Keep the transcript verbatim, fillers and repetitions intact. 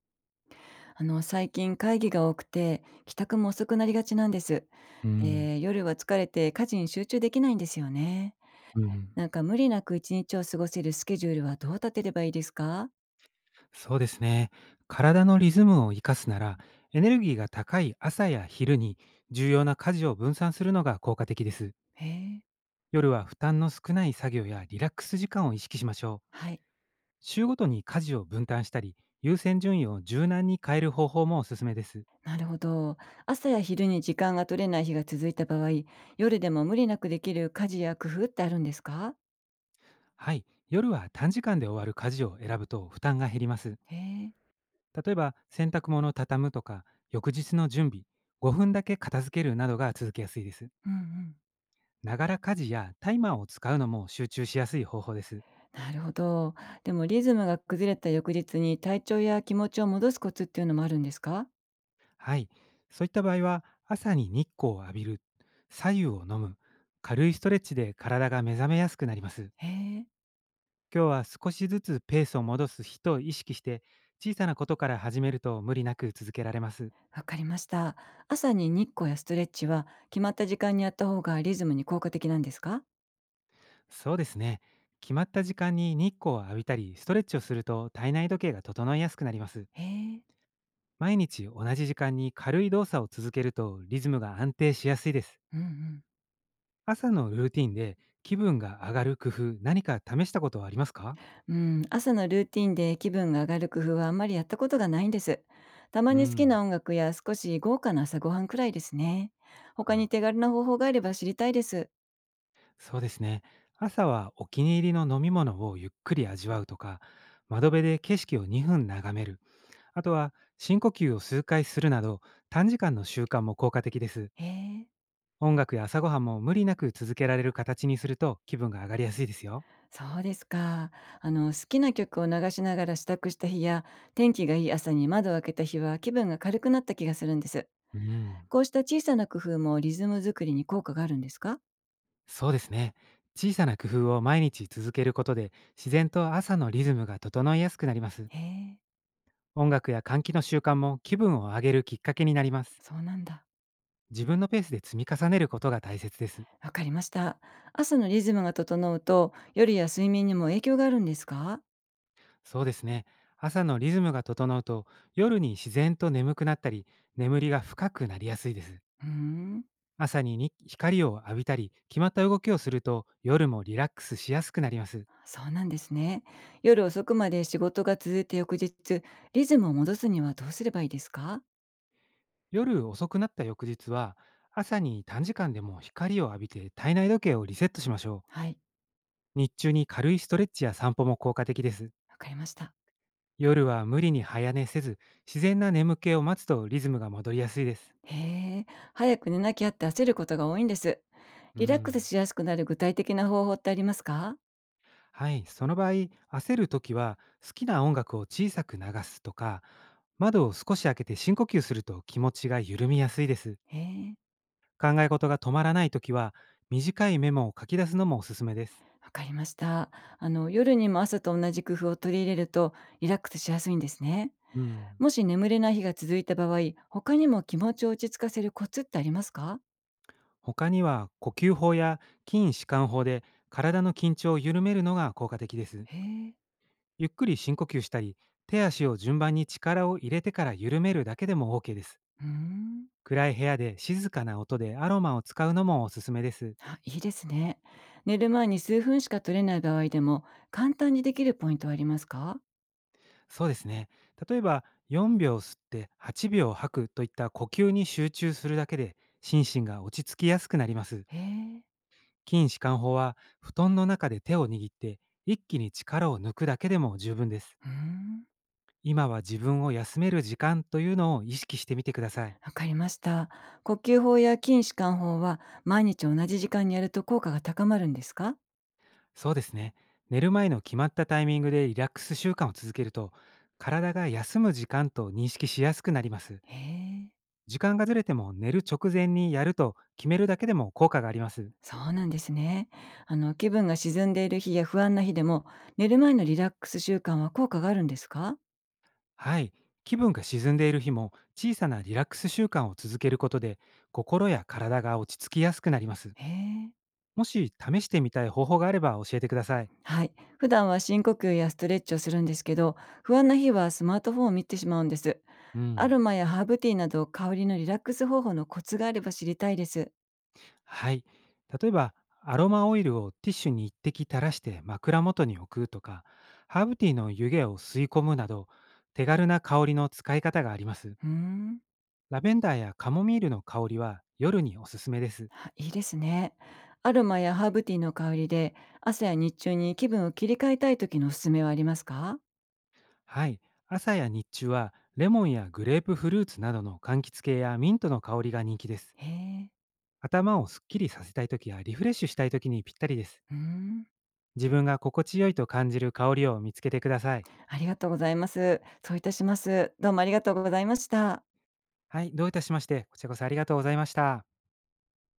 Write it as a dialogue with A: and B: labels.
A: あの、最近会議が多くて、帰宅も遅くなりがちなんです。
B: うん、
A: で、夜は疲れて家事に集中できないんですよね。
B: うん、
A: なんか無理なく一日を過ごせるスケジュールはどう立てればいいですか？
B: そうですね。体のリズムを生かすなら、エネルギーが高い朝や昼に重要な家事を分散するのが効果的です。
A: へえ、
B: 夜は負担の少ない作業やリラックス時間を意識しましょう。
A: はい。
B: 週ごとに家事を分担したり、優先順位を柔軟に変える方法もおすすめです。
A: なるほど。朝や昼に時間が取れない日が続いた場合、夜でも無理なくできる家事や工夫ってあるんですか？
B: はい、夜は短時間で終わる家事を選ぶと負担が減ります。
A: へえ、
B: 例えば、洗濯物を畳むとか、翌日の準備、ごふんだけ片付けるなどが続けやすいです。
A: うんうん。
B: ながら家事やタイマーを使うのも集中しやすい方法です。
A: なるほど。でもリズムが崩れた翌日に体調や気持ちを戻すコツっていうのもあるんですか？
B: はい。そういった場合は、朝に日光を浴びる、左右を飲む、軽いストレッチで体が目覚めやすくなります。
A: へえ。
B: 今日は少しずつペースを戻す日と意識して、小さなことから始めると無理なく続けられます。
A: わかりました。朝に日光やストレッチは決まった時間にやった方がリズムに効果的なんですか？
B: そうですね。決まった時間に日光を浴びたり、ストレッチをすると体内時計が整いやすくなります。
A: へえ。
B: 毎日同じ時間に軽い動作を続けるとリズムが安定しやすいです。
A: うんうん。
B: 朝のルーティンで気分が上がる工夫、何か試したことはありますか？
A: うん、朝のルーティンで気分が上がる工夫はあんまりやったことがないんです。たま
B: う
A: に好き
B: ん。な
A: な音楽や少し豪華な朝ごはんくらいですね。
B: るほ
A: 他に
B: ど、
A: 手軽な方法があれば知りたいです。
B: そうですね。朝はお気に入りの飲み物をゆっくり味わうとか、窓辺で景色をにふん眺める、あとは深呼吸を数回するなど、短時間の習慣も効果的です。
A: へえ。
B: 音楽や朝ごはんも無理なく続けられる形にすると気分が上がりやすいですよ。
A: そうですか。あの、好きな曲を流しながら支度した日や、天気がいい朝に窓を開けた日は気分が軽くなった気がするんです。
B: うん。
A: こうした小さな工夫もリズム作りに効果があるんですか？
B: そうですね。小さな工夫を毎日続けることで、自然と朝のリズムが整いやすくなります。
A: へえ、
B: 音楽や換気の習慣も気分を上げるきっかけになります。
A: そうなんだ。
B: 自分のペースで積み重ねることが大切です。
A: わかりました。朝のリズムが整うと、夜や睡眠にも影響があるんですか？
B: そうですね。朝のリズムが整うと、夜に自然と眠くなったり、眠りが深くなりやすいです。
A: うーん、
B: 朝にに光を浴びたり決まった動きをすると、夜もリラックスしやすくなります。
A: そうなんですね。夜遅くまで仕事が続いて翌日、リズムを戻すにはどうすればいいですか？
B: 夜遅くなった翌日は、朝に短時間でも光を浴びて体内時計をリセットしましょう。
A: はい、
B: 日中に軽いストレッチや散歩も効果的です。
A: わかりました。
B: 夜は無理に早寝せず、自然な眠気を待つとリズムが戻りやすいです。
A: へえ、早く寝なきゃって焦ることが多いんです。
B: う
A: リラックス
B: ん。
A: しやすくなる具体的な方法ってありますか？
B: はい、その場合、焦るときは好きな音楽を小さく流すとか、窓を少し開けて深呼吸すると気持ちが緩みやすいです。
A: へえ。
B: 考え事が止まらないときは、短いメモを書き出すのもおすすめです。
A: わかりました。あの、夜にも朝と同じ工夫を取り入れるとリラックスしやすいんですね。
B: うん。
A: もし眠れない日が続いた場合、他にも気持ちを落ち着かせるコツってありますか？
B: 他には呼吸法や筋弛緩法で体の緊張を緩めるのが効果的です。
A: へえ。
B: ゆっくり深呼吸したり、手足を順番に力を入れてから緩めるだけでも OK です。
A: うーん。
B: 暗い部屋で静かな音でアロマを使うのもおすすめです。
A: あ、いいですね。寝る前に数分しか取れない場合でも、簡単にできるポイントはありますか？
B: そうですね。例えば、よんびょう吸ってはちびょう吐くといった呼吸に集中するだけで心身が落ち着きやすくなります。
A: へえ。
B: 筋弛緩法は布団の中で手を握って一気に力を抜くだけでも十分です。
A: うーん。
B: 今は自分を休める時間というのを意識してみてください。
A: わかりました。呼吸法や筋弛緩法は毎日同じ時間にやると効果が高まるんですか？
B: そうですね。寝る前の決まったタイミングでリラックス習慣を続けると、体が休む時間と認識しやすくなります。
A: へえ。
B: 時間がずれても、寝る直前にやると決めるだけでも効果があります。
A: そうなんですね。あの、気分が沈んでいる日や不安な日でも、寝る前のリラックス習慣は効果があるんですか？
B: はい。気分が沈んでいる日も、小さなリラックス習慣を続けることで、心や体が落ち着きやすくなります。
A: へえ。
B: もし試してみたい方法があれば教えてください。
A: はい。普段は深呼吸やストレッチをするんですけど、不安な日はスマートフォンを見てしまうんです。
B: う
A: ア
B: ん。
A: ロマやハーブティーなど香りのリラックス方法のコツがあれば知りたいです。
B: はい。例えば、アロマオイルをティッシュに一滴垂らして枕元に置くとか、ハーブティーの湯気を吸い込むなど、手軽な香りの使い方があります。
A: うーん。
B: ラベンダーやカモミールの香りは夜におすすめです。
A: あいいですね。アロマやハーブティーの香りで、朝や日中に気分を切り替えたい時のおすすめはありますか？
B: はい。朝や日中はレモンやグレープフルーツなどの柑橘系やミントの香りが人気です。
A: へえ。
B: 頭をすっきりさせたい時やリフレッシュしたい時にぴったりです。
A: うーん。
B: 自分が心地よいと感じる香りを見つけてください。
A: ありがとうございます。そういたします。どうもありがとうございました。
B: はい、どういたしまして、こちらこそありがとうございました。